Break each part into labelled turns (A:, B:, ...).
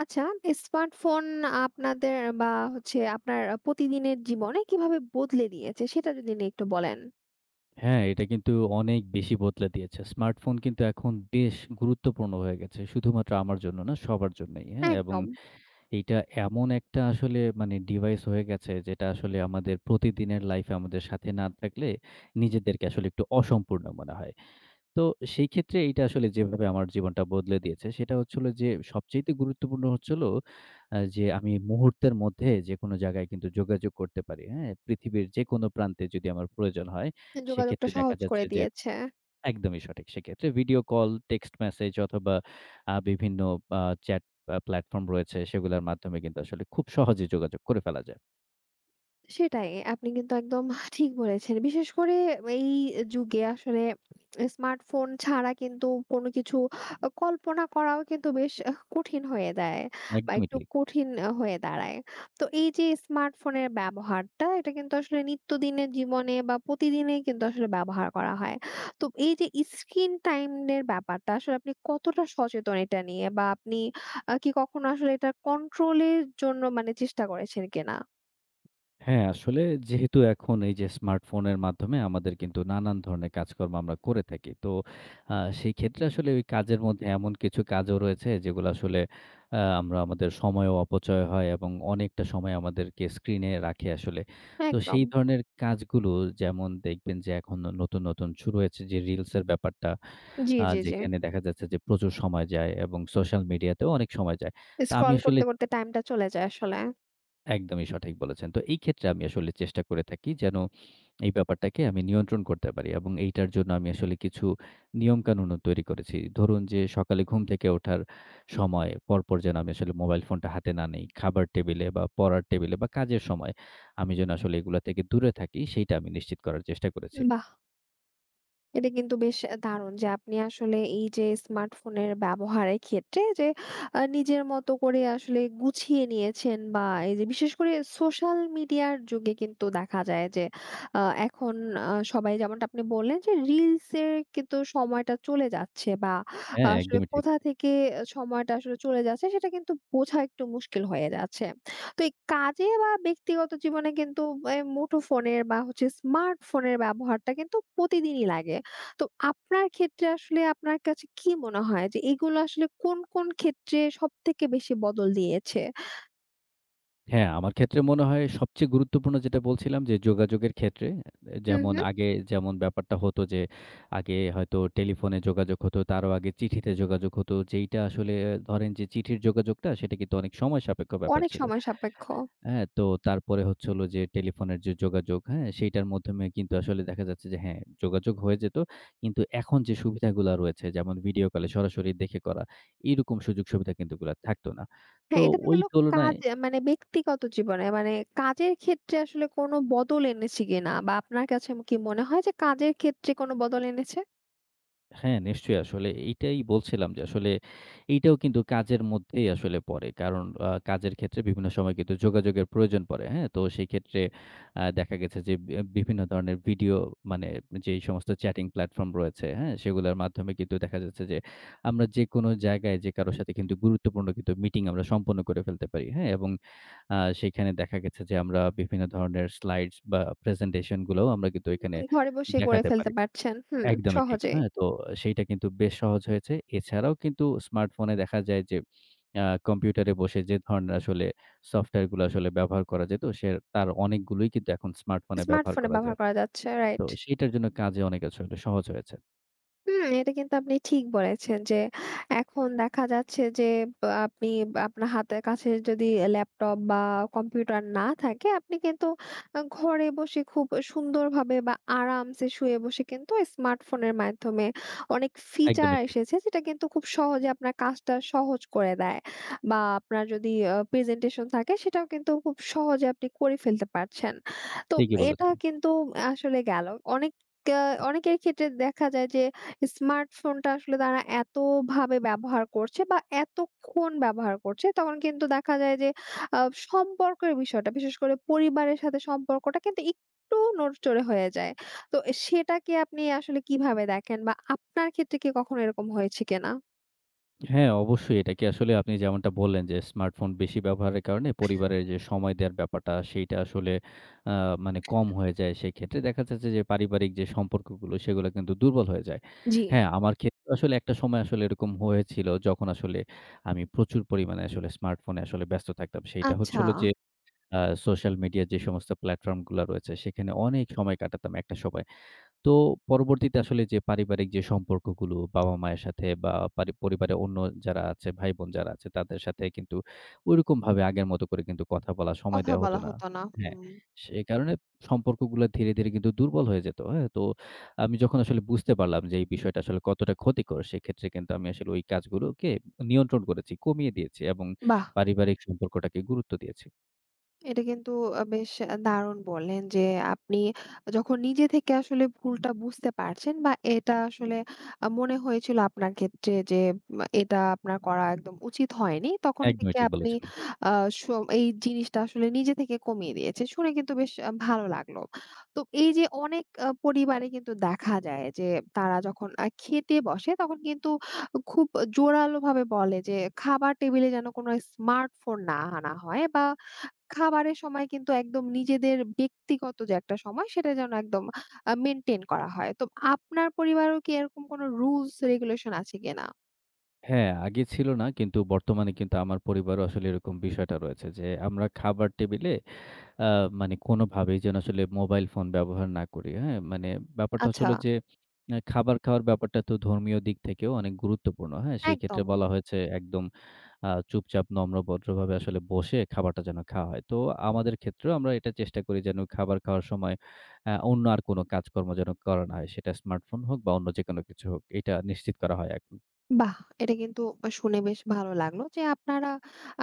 A: আচ্ছা, স্মার্টফোন আপনাদের বা হচ্ছে আপনার প্রতিদিনের জীবনে কিভাবে বদলে দিয়েছে সেটা যদি নিয়ে একটু বলেন?
B: হ্যাঁ, এটা কিন্তু অনেক বেশি বদলে দিয়েছে। স্মার্টফোন কিন্তু এখন বেশ গুরুত্বপূর্ণ হয়ে গেছে। শুধুমাত্র আমার জন্য না, সবার জন্যই। হ্যাঁ? এবং
A: একদম।
B: এইটা এমন একটা আসলে মানে ডিভাইস হয়ে গেছে যেটা আসলে আমাদের প্রতিদিনের লাইফে আমাদের সাথে না থাকলে নিজেদেরকে আসলে একটু অসম্পূর্ণ মনে হয়। তো সেই ক্ষেত্রে এইটা আসলে যেভাবে আমার জীবনটা বদলে দিয়েছে, সেটা হচ্ছে হলো যে সবচাইতে গুরুত্বপূর্ণ হচ্ছে হলো যে আমি মুহূর্তের মধ্যে যেকোনো জায়গায় কিন্তু যোগাযোগ করতে পারি, হ্যাঁ? পৃথিবীর যেকোনো প্রান্তে যদি আমার প্রয়োজন হয়,
A: যোগাযোগটা
B: সেক্ষেত্রে দেখা
A: সহজ করে
B: যাচ্ছে যে
A: দিয়েছে।
B: একদমই সঠিক। সেক্ষেত্রে ভিডিও কল, টেক্সট মেসেজ অথবা বিভিন্ন আ চ্যাট প্ল্যাটফর্ম রয়েছে, সেগুলোর মাধ্যমে কিন্তু আসলে খুব সহজে যোগাযোগ করে ফেলা যায়।
A: সেটাই। আপনি কিন্তু একদম ঠিক বলেছেন। বিশেষ করে এই যুগে আসলে স্মার্টফোন ছাড়া কিন্তু কোনো কিছু কল্পনা করাও কিন্তু বেশ কঠিন হয়ে দেয় বা
B: একদমই
A: একটু
B: ঠিক।
A: কঠিন হয়ে দাঁড়ায়। তো এই যে স্মার্টফোনের ব্যবহারটা এটা কিন্তু আসলে নিত্যদিনের জীবনে বা প্রতিদিনেই কিন্তু আসলে ব্যবহার করা হয়। তো এই যে স্ক্রিন টাইম এর ব্যাপারটা আসলে আপনি কতটা সচেতন এটা নিয়ে? বা আপনি কি কখনো আসলে এটা কন্ট্রোল এর জন্য মানে চেষ্টা করেছেন কিনা?
B: হ্যাঁ, আসলে যেহেতু এখন এই যে স্মার্টফোনের মাধ্যমে আমাদের কিন্তু নানান ধরনের কাজকর্ম আমরা করে থাকি। তো সেই ক্ষেত্রে আসলে ওই কাজের মধ্যে এমন কিছু কাজও রয়েছে যেগুলো আসলে আমরা আমাদের সময়ও অপচয় হয় এবং অনেকটা সময় আমাদেরকে স্ক্রিনে রাখে আসলে। তো
A: একদম।
B: সেই ধরনের কাজগুলো যেমন দেখবেন যে এখন নতুন, নতুন শুরু হয়েছে যে রিলসের ব্যাপারটা
A: জি, জি, জি।
B: যেখানে দেখা যাচ্ছে যে প্রচুর সময় যায় এবং সোশ্যাল মিডিয়াতেও অনেক সময় যায়। তো আমি
A: স্ক্রল
B: আসলে
A: করতে, করতে টাইমটা চলে যায় আসলে।
B: একদমই সঠিক বলেছেন। তো এই ক্ষেত্রে আমি আসলে চেষ্টা করে থাকি যেন এই ব্যাপারটাকে আমি নিয়ন্ত্রণ করতে পারি এবং এইটার জন্য আমি আসলে কিছু নিয়মকানুনও তৈরি করেছি। ধরুন যে সকালে ঘুম থেকে ওঠার সময় পরপর যেন আমি আসলে মোবাইল ফোনটা হাতে না নেই। খাবার টেবিলে বা পড়ার টেবিলে বা কাজের সময় আমি যেন আসলে এগুলা থেকে দূরে থাকি সেইটা আমি নিশ্চিত করার চেষ্টা করেছি।
A: বাহ! এটা কিন্তু বেশ দারুণ যে আপনি আসলে এই যে স্মার্টফোনের ব্যবহারের ক্ষেত্রে যে নিজের মতো করে আসলে গুছিয়ে নিয়েছেন বা এই যে বিশেষ করে সোশ্যাল মিডিয়ার যুগে কিন্তু দেখা যায় যে এখন সবাই যেমনটা আপনি বললেন যে রিলসের কিন্তু সময়টা চলে যাচ্ছে বা
B: হ্যাঁ,
A: আসলে
B: একদমই ঠিক।
A: কোথা থেকে সময়টা আসলে চলে যাচ্ছে সেটা কিন্তু বোঝা একটু মুশকিল হয়ে যাচ্ছে। তো এই কাজে বা ব্যক্তিগত জীবনে কিন্তু মুঠো ফোনের বা হচ্ছে স্মার্টফোনের ব্যবহারটা কিন্তু প্রতিদিনই লাগে। তো আপনার ক্ষেত্রে আসলে আপনার কাছে কি মনে হয় যে এগুলো আসলে কোন, কোন ক্ষেত্রে সবথেকে বেশি বদল দিয়েছে?
B: হ্যাঁ, আমার ক্ষেত্রে মনে হয় সবচেয়ে গুরুত্বপূর্ণ যেটা বলছিলাম যে যোগাযোগের ক্ষেত্রে
A: হুম,
B: যেমন
A: হুম।
B: আগে যেমন ব্যাপারটা হতো যে আগে হয়তো টেলিফোনে যোগাযোগ হতো, তারও আগে চিঠিতে যোগাযোগ হতো। যেইটা আসলে ধরেন যে চিঠির যোগাযোগটা সেটা কিন্তু অনেক সময় সাপেক্ষ ব্যাপার
A: অনেক
B: ছিল।
A: সময় সাপেক্ষ।
B: হ্যাঁ, তো তারপরে হচ্ছে হলো যে টেলিফোনের যে যোগাযোগ, হ্যাঁ? সেইটার মাধ্যমে কিন্তু আসলে দেখা যাচ্ছে যে হ্যাঁ, যোগাযোগ হয়ে যেত। কিন্তু এখন যে সুবিধাগুলা রয়েছে যেমন ভিডিও কলে সরাসরি দেখে করা, এইরকম সুযোগ সুবিধা কিন্তু এগুলা থাকতো না। তো
A: হ্যাঁ, এটা তো
B: ওই
A: গেল কাজ
B: তুলনায়
A: মানে ব্যক্তিগত জীবনে মানে কাজের ক্ষেত্রে আসলে কোনো বদল এনেছে কিনা? বা আপনার কাছে কি মনে হয় যে কাজের ক্ষেত্রে কোনো বদল এনেছে?
B: হ্যাঁ, নিশ্চয়ই আসলে এইটাই বলছিলাম যে আসলে এইটাও কিন্তু কাজের মধ্যেই আসলে পড়ে। কারণ কাজের ক্ষেত্রে বিভিন্ন সময় কিন্তু যোগাযোগের প্রয়োজন পড়ে, হ্যাঁ? তো সেই ক্ষেত্রে দেখা গেছে যে বিভিন্ন ধরনের ভিডিও মানে যেই সমস্ত চ্যাটিং প্ল্যাটফর্ম রয়েছে, হ্যাঁ? সেগুলোর মাধ্যমে কিন্তু দেখা যাচ্ছে যে আমরা যেকোনো জায়গায় যে কারো সাথে কিন্তু গুরুত্বপূর্ণ কিন্তু মিটিং আমরা সম্পন্ন করে ফেলতে পারি, হ্যাঁ? এবং সেখানে দেখা গেছে যে আমরা বিভিন্ন ধরনের স্লাইডস বা প্রেজেন্টেশন গুলোও আমরা কিন্তু এখানে
A: ঘরে বসে করে
B: দেখাতে
A: ফেলতে
B: পারি।
A: পারছেন। হুম,
B: একদমই ঠিক।
A: সহজেই।
B: হ্যাঁ, তো সেইটা কিন্তু বেশ সহজ হয়েছে। এছাড়াও কিন্তু স্মার্টফোনে দেখা যায় যে কম্পিউটারে বসে যে ধরনের আসলে সফটওয়্যার গুলো আসলে ব্যবহার করা যেত, তার অনেকগুলোই কিন্তু এখন স্মার্টফোনে ব্যবহার
A: স্মার্টফোনে
B: করা
A: ব্যবহার
B: যায়।
A: করা যাচ্ছে।
B: তো
A: রাইট।
B: সেইটার জন্য কাজে অনেক আসলে সহজ হয়েছে।
A: হুম, এটা কিন্তু আপনি ঠিক বলেছেন যে এখন দেখা যাচ্ছে যে বা আপনি আপনার হাতের কাছে যদি ল্যাপটপ বা কম্পিউটার না থাকে আপনি কিন্তু ঘরে বসে খুব সুন্দরভাবে বা আরামসে শুয়ে বসে কিন্তু স্মার্টফোনের মাধ্যমে অনেক ফিচার
B: একদমই ঠিক।
A: এসেছে যেটা কিন্তু খুব সহজে আপনার কাজটা সহজ করে দেয়, বা আপনার যদি প্রেজেন্টেশন থাকে সেটাও কিন্তু খুব সহজে আপনি করে ফেলতে পারছেন। তো
B: ঠিকই
A: এটা
B: বলেছেন।
A: কিন্তু আসলে গেল অনেক অনেকের ক্ষেত্রে দেখা যায় যে স্মার্টফোনটা আসলে তারা এতভাবে ব্যবহার করছে বা এতক্ষণ ব্যবহার করছে, তখন কিন্তু দেখা যায় যে আ সম্পর্কের বিষয়টা, বিশেষ করে পরিবারের সাথে সম্পর্কটা কিন্তু একটু নড়চড়ে হয়ে যায়। তো সেটাকে আপনি আসলে কিভাবে দেখেন? বা আপনার ক্ষেত্রে কি কখনো এরকম হয়েছে কিনা?
B: হ্যাঁ, অবশ্যই। এটা কি আসলে আপনি যেমনটা বললেন যে, স্মার্টফোন বেশি ব্যবহারের কারণে পরিবারের যে সময় দেওয়ার ব্যাপারটা, সেইটা আসলে আ মানে কম হয়ে যায়। সেক্ষেত্রে দেখা যাচ্ছে যে পারিবারিক যে সম্পর্কগুলো, সেগুলো কিন্তু দুর্বল হয়ে যায়।
A: জি,
B: হ্যাঁ, আমার ক্ষেত্রে আসলে একটা সময় আসলে এরকম হয়েছিল, যখন আসলে আমি প্রচুর পরিমাণে আসলে স্মার্টফোনে আসলে ব্যস্ত থাকতাম। সেইটা হচ্ছে
A: আচ্ছা।
B: হলো যে, আ সোশ্যাল মিডিয়া যে সমস্ত প্ল্যাটফর্মগুলা রয়েছে, সেখানে অনেক সময় কাটাতাম একটা সময়। তো পরবর্তীতে আসলে যে পারিবারিক যে সম্পর্কগুলো বাবা-মায়ের সাথে বা পরিবারে অন্য যারা আছে, ভাই-বোন যারা আছে তাদের সাথে কিন্তু ঐরকমভাবে আগের মতো করে কিন্তু কথা বলা, সময়
A: কথা
B: দেওয়া
A: বলা
B: হতো না।
A: হতো না।
B: হ্যাঁ,
A: হুম,
B: সে কারণে সম্পর্কগুলা ধীরে, ধীরে কিন্তু দুর্বল হয়ে যেত। হ্যাঁ? তো আমি যখন আসলে বুঝতে পারলাম যে এই বিষয়টা আসলে কতটা ক্ষতিকর, সেক্ষেত্রে কিন্তু আমি আসলে ওই কাজগুলোকে নিয়ন্ত্রণ করেছি, কমিয়ে দিয়েছি এবং
A: বাহ!
B: পারিবারিক সম্পর্কটাকে গুরুত্ব দিয়েছি।
A: এটা কিন্তু বেশ দারুণ বললেন যে আপনি যখন নিজে থেকে আসলে ভুলটা বুঝতে পারছেন বা এটা আসলে মনে হয়েছিল আপনার ক্ষেত্রে যে এটা আপনার করা একদম উচিত হয়নি। তখন
B: একদমই
A: থেকে
B: ঠিক
A: আপনি
B: বলেছেন।
A: আ স এই জিনিসটা আসলে নিজে থেকে কমিয়ে দিয়েছেন। শুনে কিন্তু বেশ ভালো লাগলো। তো এই যে অনেক পরিবারে কিন্তু দেখা যায় যে তারা যখন খেতে বসে তখন কিন্তু খুব জোরালোভাবে বলে যে খাবার টেবিলে যেন কোনো স্মার্টফোন না আনা হয় বা খাবারের সময় কিন্তু একদম নিজেদের ব্যক্তিগত যে একটা সময় সেটা যেন একদম মেইনটেইন করা হয়। তো আপনার পরিবারেও কি এরকম কোনো রুলস রেগুলেশন আছে কিনা?
B: হ্যাঁ, আগে ছিল না। কিন্তু বর্তমানে কিন্তু আমার পরিবারও আসলে এরকম বিষয়টা রয়েছে যে, আমরা খাবার টেবিলে আ মানে কোনোভাবেই যেন আসলে মোবাইল ফোন ব্যবহার না করি। হ্যাঁ? মানে ব্যাপারটা হচ্ছে
A: আচ্ছা,
B: হলো যে, খাবার খাওয়ার ব্যাপারটা তো ধর্মীয় দিক থেকেও অনেক গুরুত্বপূর্ণ। হ্যাঁ? সেই ক্ষেত্রে
A: একদম।
B: বলা হয়েছে একদম চুপচাপ নম্র ভদ্রভাবে আসলে বসে খাবারটা যেন খাওয়া হয়। তো আমাদের ক্ষেত্রেও আমরা এটা চেষ্টা করি যেন খাবার খাওয়ার সময় অন্য আর কোনো কাজকর্ম যেন করা না হয়। সেটা স্মার্টফোন হোক বা অন্য যেকোনো কিছু হোক। এটা নিশ্চিত করা হয় এখন।
A: বাহ! এটা কিন্তু শুনে বেশ ভালো লাগলো যে আপনারা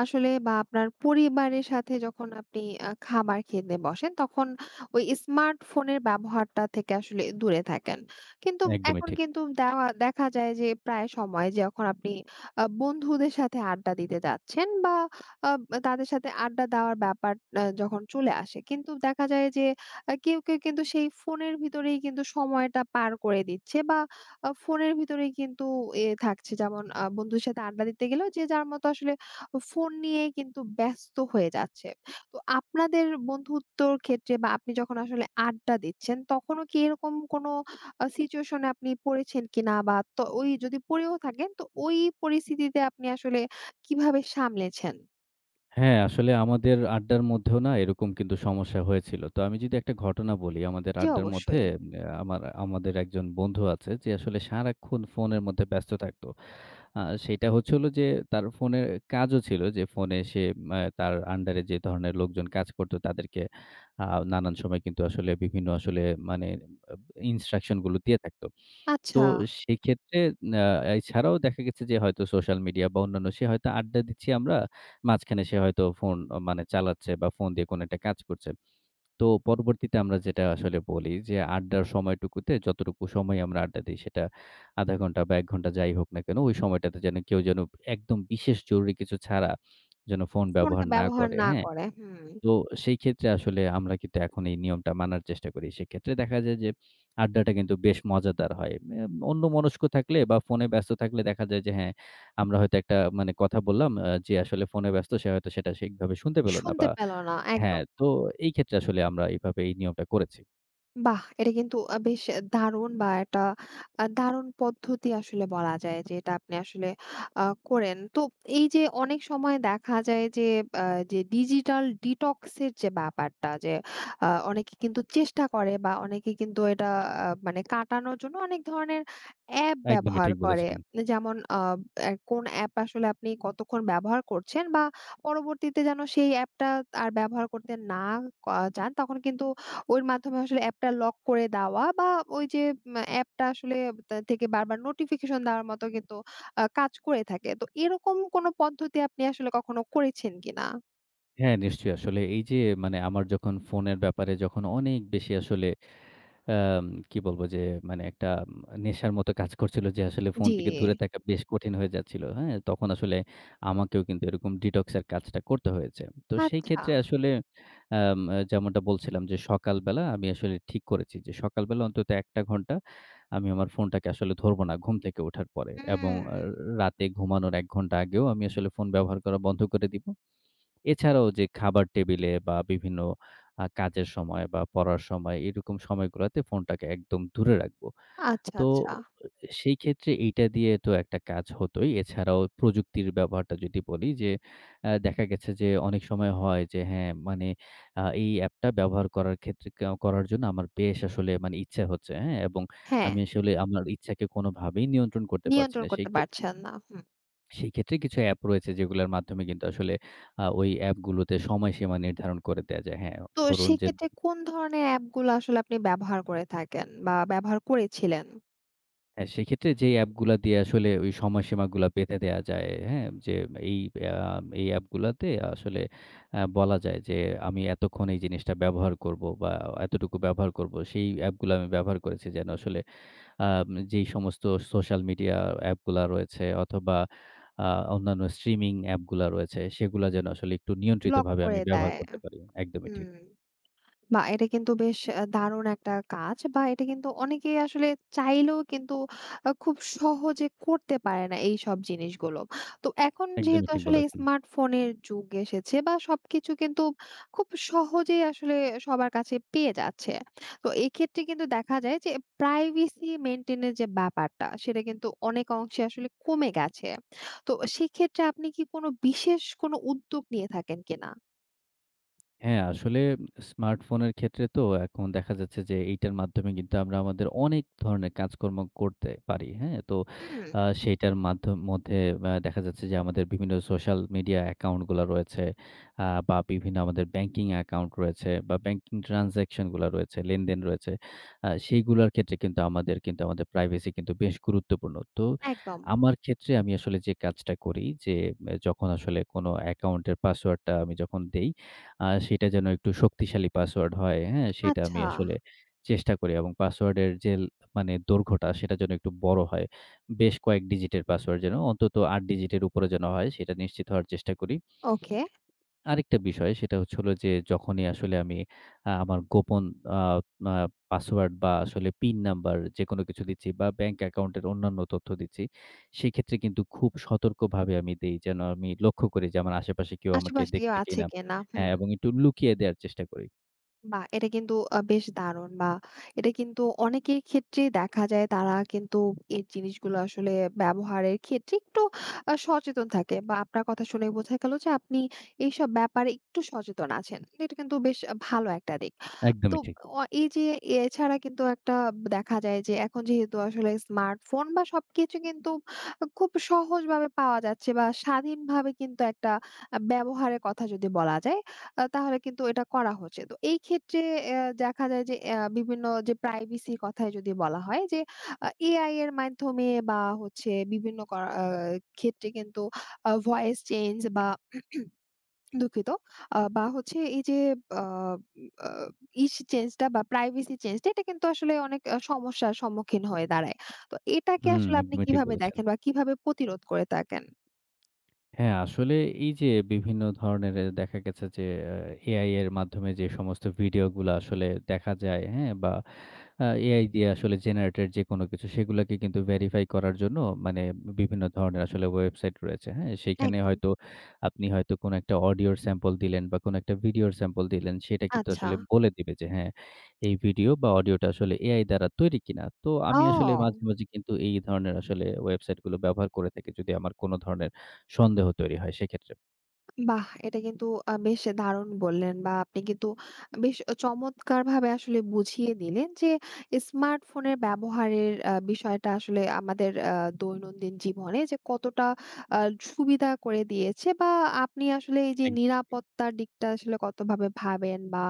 A: আসলে বা আপনার পরিবারের সাথে যখন আপনি খাবার খেতে বসেন তখন ওই স্মার্টফোনের ব্যবহারটা থেকে আসলে দূরে থাকেন। কিন্তু
B: একদমই
A: এখন
B: ঠিক।
A: কিন্তু দেওয়া দেখা যায় যে প্রায় সময় যখন আপনি বন্ধুদের সাথে আড্ডা দিতে যাচ্ছেন বা আ তাদের সাথে আড্ডা দেওয়ার ব্যাপার যখন চলে আসে কিন্তু দেখা যায় যে কেউ, কেউ কিন্তু সেই ফোনের ভিতরেই কিন্তু সময়টা পার করে দিচ্ছে বা ফোনের ভিতরেই কিন্তু থাকছে। যেমন বন্ধুর সাথে আড্ডা দিতে গেলেও যে যার মতো আসলে ফোন নিয়ে কিন্তু ব্যস্ত হয়ে যাচ্ছে। তো আপনাদের বন্ধুত্বর ক্ষেত্রে বা আপনি যখন আসলে আড্ডা দিচ্ছেন, তখনও কি এরকম কোনো সিচুয়েশন এ আপনি পড়েছেন কিনা? বা ওই যদি পড়েও থাকেন তো ওই পরিস্থিতিতে আপনি আসলে কিভাবে সামলেছেন?
B: হ্যাঁ, আসলে আমাদের আড্ডার মধ্যেও না এরকম কিন্তু সমস্যা হয়েছিল। তো আমি যদি একটা ঘটনা বলি, আমাদের
A: জি,
B: আড্ডার মধ্যে
A: অবশ্যই।
B: হুম। আ আমার আমাদের একজন বন্ধু আছে যে আসলে সারাক্ষণ ফোনের মধ্যে ব্যস্ত থাকত। আ সেটা হচ্ছে হলো যে তার ফোনের কাজও ছিল যে ফোনে সে তার আন্ডারে যে ধরনের লোকজন কাজ করত তাদেরকে আ নানান সময় কিন্তু আসলে বিভিন্ন আসলে মানে ইনস্ট্রাকশন গুলো দিয়ে থাকত। তো
A: আচ্ছা,
B: সেক্ষেত্রে আ এছাড়াও দেখা গেছে যে হয়তো সোশ্যাল মিডিয়া বা অন্যান্য সে হয়তো আড্ডা দিচ্ছি আমরা। মাঝখানে সে হয়তো ফোন মানে চালাচ্ছে বা ফোন দিয়ে কোনো একটা কাজ করছে। তো পরবর্তীতে আমরা যেটা আসলে বলি যে আড্ডার সময়টুকুতে যতটুকু সময় আমরা আড্ডা দিই সেটা ০.৫ ঘন্টা বা ১ ঘন্টা যাই হোক না কেন ওই সময়টাতে যেন কেউ যেন একদম বিশেষ জরুরি কিছু ছাড়া যেন ফোন
A: ফোনটা
B: ব্যবহার না
A: ব্যবহার
B: করে।
A: না
B: হ্যাঁ?
A: করে। হুম।
B: তো সেই ক্ষেত্রে আসলে আমরা কিন্তু এখন এই নিয়মটা মানার চেষ্টা করি। সেক্ষেত্রে দেখা যায় যে আড্ডাটা কিন্তু বেশ মজাদার হয়। অন্যমনস্ক থাকলে বা ফোনে ব্যস্ত থাকলে দেখা যায় যে হ্যাঁ, আমরা হয়তো একটা মানে কথা বললাম যে আসলে ফোনে ব্যস্ত সে হয়তো সেটা ঠিকভাবে শুনতে পেল না
A: শুনতে
B: বা
A: পেল না।
B: হ্যাঁ,
A: একদম।
B: তো এই ক্ষেত্রে আসলে আমরা এইভাবে এই নিয়মটা করেছি।
A: বাহ! এটা কিন্তু বেশ দারুণ বা একটা দারুণ পদ্ধতি আসলে বলা যায় যে এটা আপনি আসলে আ করেন। তো এই যে অনেক সময় দেখা যায় যে আ যে ডিজিটাল ডিটক্স এর যে ব্যাপারটা যে অনেকে কিন্তু চেষ্টা করে বা অনেকে কিন্তু এটা মানে কাটানোর জন্য অনেক ধরনের অ্যাপ
B: একদমই
A: ব্যবহার
B: ঠিক
A: করে।
B: বলেছেন।
A: যেমন আ অ্যা কোন অ্যাপ আসলে আপনি কতক্ষণ ব্যবহার করছেন বা পরবর্তীতে যেন সেই অ্যাপটা আর ব্যবহার করতে না ক চান তখন কিন্তু ওর মাধ্যমে আসলে অ্যাপটা লক করে দেওয়া বা ওই যে অ্যাপটা আসলে তা থেকে বারবার নোটিফিকেশন দেওয়ার মতো কিন্তু কাজ করে থাকে। তো এরকম কোনো পদ্ধতি আপনি আসলে কখনো করেছেন কিনা?
B: হ্যাঁ, নিশ্চয়ই আসলে এই যে মানে আমার যখন ফোনের ব্যাপারে যখন অনেক বেশি আসলে আম কি বলবো যে মানে একটা নেশার মতো কাজ করছিল যে আসলে ফোন
A: জি।
B: থেকে দূরে থাকা বেশ কঠিন হয়ে যাচ্ছিল। হ্যাঁ? তখন আসলে আমাকেও কিন্তু এরকম ডিটক্স এর কাজটা করতে হয়েছে। তো সেই
A: আচ্ছা।
B: ক্ষেত্রে আসলে আম যেমনটা বলছিলাম যে সকালবেলা আমি আসলে ঠিক করেছি যে সকালবেলা অন্তত ১ টা ঘন্টা আমি আমার ফোনটাকে আসলে ধরব না ঘুম থেকে ওঠার পরে এবং
A: হুম।
B: রাতে ঘুমানোর ১ ঘন্টা আগেও আমি আসলে ফোন ব্যবহার করা বন্ধ করে দিব। এছাড়াও যে খাবার টেবিলে বা বিভিন্ন কাজের সময় বা পড়ার সময় এরকম সময়গুলাতে ফোনটাকে একদম দূরে রাখবো।
A: আচ্ছা,
B: তো
A: আচ্ছা।
B: সেই ক্ষেত্রে এইটা দিয়ে তো একটা কাজ হতোই। এছাড়াও প্রযুক্তির ব্যবহারটা যদি বলি যে দেখা গেছে যে অনেক সময় হয় যে হ্যাঁ, মানে এই অ্যাপটা ব্যবহার করার ক্ষেত্রে করার জন্য আমার বেশ আসলে মানে ইচ্ছা হচ্ছে, হ্যাঁ? এবং
A: হ্যাঁ,
B: আমি আসলে আমার ইচ্ছাকে কোনোভাবেই নিয়ন্ত্রণ করতে পারছি
A: নিয়ন্ত্রণ
B: না। সেই
A: করতে পারছেন না। হুম।
B: সেই ক্ষেত্রে কিছু অ্যাপ রয়েছে যেগুলোর মাধ্যমে কিন্তু আসলে ওই অ্যাপগুলোতে সময়সীমা নির্ধারণ করে দেয়া যায়। হ্যাঁ,
A: তো
B: ধরুন যে
A: সেক্ষেত্রে কোন ধরনের অ্যাপগুলো আসলে আপনি ব্যবহার করে থাকেন বা ব্যবহার করেছিলেন?
B: হ্যাঁ, সেক্ষেত্রে যেই অ্যাপগুলা দিয়ে আসলে ওই সময়সীমাগুলা বেঁধে দেয়া যায়, হ্যাঁ? যে এই আ এই অ্যাপগুলাতে আসলে বলা যায় যে আমি এতক্ষণ এই জিনিসটা ব্যবহার করব বা এতটুকু ব্যবহার করব। সেই অ্যাপগুলা আমি ব্যবহার করেছি যেন আসলে আম যেই সমস্ত সোশ্যাল মিডিয়া অ্যাপগুলা রয়েছে অথবা আ অন্যান্য স্ট্রিমিং অ্যাপগুলা রয়েছে, সেগুলা যেন আসলে একটু
A: ব্লক
B: নিয়ন্ত্রিতভাবে আমি
A: করে
B: ব্যবহার
A: দেয়।
B: করতে পারি। একদমই ঠিক।
A: হুম। বাহ! এটা কিন্তু বেশ দারুণ একটা কাজ বা এটা কিন্তু অনেকেই আসলে চাইলেও কিন্তু খুব সহজে করতে পারে না এইসব জিনিসগুলো। তো এখন
B: একদমই
A: যেহেতু
B: ঠিক
A: আসলে
B: বলেছেন।
A: স্মার্টফোনের যুগ এসেছে বা সবকিছু কিন্তু খুব সহজেই আসলে সবার কাছে পেয়ে যাচ্ছে। তো এক্ষেত্রে কিন্তু দেখা যায় যে প্রাইভেসি মেইনটেইন এর যে ব্যাপারটা সেটা কিন্তু অনেক অংশে আসলে কমে গেছে। তো সেক্ষেত্রে আপনি কি কোনো বিশেষ কোনো উদ্যোগ নিয়ে থাকেন কিনা?
B: হ্যাঁ, আসলে স্মার্টফোনের ক্ষেত্রে তো এখন দেখা যাচ্ছে যে এইটার মাধ্যমে কিন্তু আমরা আমাদের অনেক ধরনের কাজকর্ম করতে পারি। হ্যাঁ? তো
A: হুম,
B: সেইটার মাধ্যম মধ্যে দেখা যাচ্ছে যে আমাদের বিভিন্ন সোশ্যাল মিডিয়া অ্যাকাউন্ট গুলা রয়েছে বা বিভিন্ন আমাদের ব্যাংকিং অ্যাকাউন্ট রয়েছে বা ব্যাংকিং ট্রান্সেকশন গুলা রয়েছে, লেনদেন রয়েছে। সেইগুলার ক্ষেত্রে কিন্তু আমাদের কিন্তু আমাদের প্রাইভেসি কিন্তু বেশ গুরুত্বপূর্ণ। তো
A: একদম।
B: আমার ক্ষেত্রে আমি আসলে যে কাজটা করি যে, যখন আসলে কোনো অ্যাকাউন্টের পাসওয়ার্ডটা আমি যখন দেই সেটা যেন একটু শক্তিশালী পাসওয়ার্ড হয়, হ্যাঁ? সেটা আমি
A: আচ্ছা।
B: আসলে চেষ্টা করি এবং পাসওয়ার্ডের যে মানে দৈর্ঘ্যটা সেটা যেন একটু বড় হয়। বেশ কয়েক ডিজিটের পাসওয়ার্ড যেন অন্তত ৮ ডিজিটের উপরে যেন হয় সেটা নিশ্চিত হওয়ার চেষ্টা করি।
A: ওকে।
B: আরেকটা বিষয় সেটা হচ্ছে হলো যে, যখনই আসলে আমি আমার গোপন আ আ পাসওয়ার্ড বা আসলে পিন নাম্বার যেকোনো কিছু দিচ্ছি বা ব্যাংক অ্যাকাউন্টের অন্যান্য তথ্য দিচ্ছি, সেক্ষেত্রে কিন্তু খুব সতর্কভাবে আমি দেই। যেন আমি লক্ষ্য করি যে আমার আশেপাশে কেউ আমাকে
A: আশেপাশে কেউ
B: দেখছে
A: আছে
B: কিনা।
A: কিনা? হুম।
B: হ্যাঁ, এবং একটু লুকিয়ে দেয়ার চেষ্টা করি।
A: বাহ! এটা কিন্তু বেশ দারুণ বা এটা কিন্তু অনেকের ক্ষেত্রেই দেখা যায় তারা কিন্তু এই জিনিসগুলো আসলে ব্যবহারের ক্ষেত্রে একটু সচেতন থাকে বা আপনার কথা শুনে বোঝা গেল যে আপনি এইসব ব্যাপারে একটু সচেতন আছেন। এটা কিন্তু বেশ ভালো একটা দিক। তো
B: একদমই ঠিক।
A: এই যে এছাড়া কিন্তু একটা দেখা যায় যে এখন যেহেতু আসলে স্মার্টফোন বা সবকিছু কিন্তু খুব সহজভাবে পাওয়া যাচ্ছে বা স্বাধীনভাবে কিন্তু একটা ব্যবহারের কথা যদি বলা যায় তাহলে কিন্তু এটা করা হচ্ছে। তো এই ক্ষেত্রে দেখা যায় যে বিভিন্ন যে প্রাইভেসি কথায় যদি বলা হয় যে এআই এর মাধ্যমে বা হচ্ছে বিভিন্ন করা ক্ষেত্রে কিন্তু ভয়েস চেঞ্জ বা দুঃখিত। বা হচ্ছে এই যে আ আ ইস চেঞ্জটা বা প্রাইভেসি চেঞ্জটা এটা কিন্তু আসলে অনেক সমস্যার সম্মুখীন হয়ে দাঁড়ায়। তো এটাকে
B: হুম,
A: আসলে আপনি
B: একদমই ঠিক
A: কিভাবে
B: বলেছেন।
A: দেখেন বা কিভাবে প্রতিরোধ করে থাকেন?
B: হ্যাঁ, আসলে এই যে বিভিন্ন ধরনের দেখা গেছে যে আ এআই এর মাধ্যমে যে সমস্ত ভিডিওগুলা আসলে দেখা যায়, হ্যাঁ? বা এআই দিয়ে আসলে জেনারেটেড যেকোনো কিছু সেগুলাকে কিন্তু ভেরিফাই করার জন্য মানে বিভিন্ন ধরনের আসলে ওয়েবসাইট রয়েছে, হ্যাঁ? সেইখানে
A: একদম।
B: হয়তো আপনি হয়তো কোনো একটা অডিওর স্যাম্পল দিলেন বা কোনো একটা ভিডিওর স্যাম্পল দিলেন, সেটা কিন্তু
A: আচ্ছা।
B: আসলে বলে দিবে যে হ্যাঁ, এই ভিডিও বা অডিওটা আসলে এআই দ্বারা তৈরি কিনা। তো আমি আসলে
A: ও!
B: মাঝে, মাঝে কিন্তু এই ধরনের আসলে ওয়েবসাইটগুলো ব্যবহার করে থাকি যদি আমার কোনো ধরনের সন্দেহ তৈরি হয় সেক্ষেত্রে।
A: বাহ! এটা কিন্তু বেশ দারুণ বললেন বা আপনি কিন্তু বেশ চমৎকারভাবে আসলে বুঝিয়ে দিলেন যে স্মার্টফোনের ব্যবহারের বিষয়টা আসলে আমাদের দৈনন্দিন জীবনে যে কতটা আ সুবিধা করে দিয়েছে বা আপনি আসলে এই যে
B: এক
A: নিরাপত্তার দিকটা আসলে কতভাবে ভাবেন বা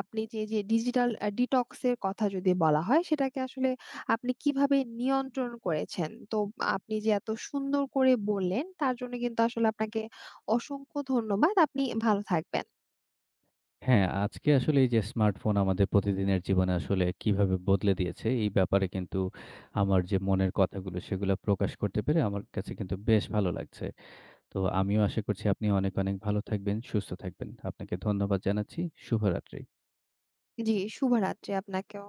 A: আপনি যে, যে ডিজিটাল ডিটক্স এর কথা যদি বলা হয় সেটাকে আসলে আপনি কিভাবে নিয়ন্ত্রণ করেছেন? তো আপনি যে এত সুন্দর করে বললেন তার জন্য কিন্তু আসলে আপনাকে অসংখ্য ধন্যবাদ। আপনি ভালো থাকবেন।
B: হ্যাঁ, আজকে আসলে এই যে স্মার্টফোন আমাদের প্রতিদিনের জীবনে আসলে কিভাবে বদলে দিয়েছে, এই ব্যাপারে কিন্তু আমার যে মনের কথাগুলো সেগুলো প্রকাশ করতে পেরে আমার কাছে কিন্তু বেশ ভালো লাগছে। তো আমিও আশা করছি আপনি অনেক, অনেক ভালো থাকবেন, সুস্থ থাকবেন। আপনাকে ধন্যবাদ জানাচ্ছি। শুভরাত্রি।
A: জি, শুভরাত্রি আপনাকেও।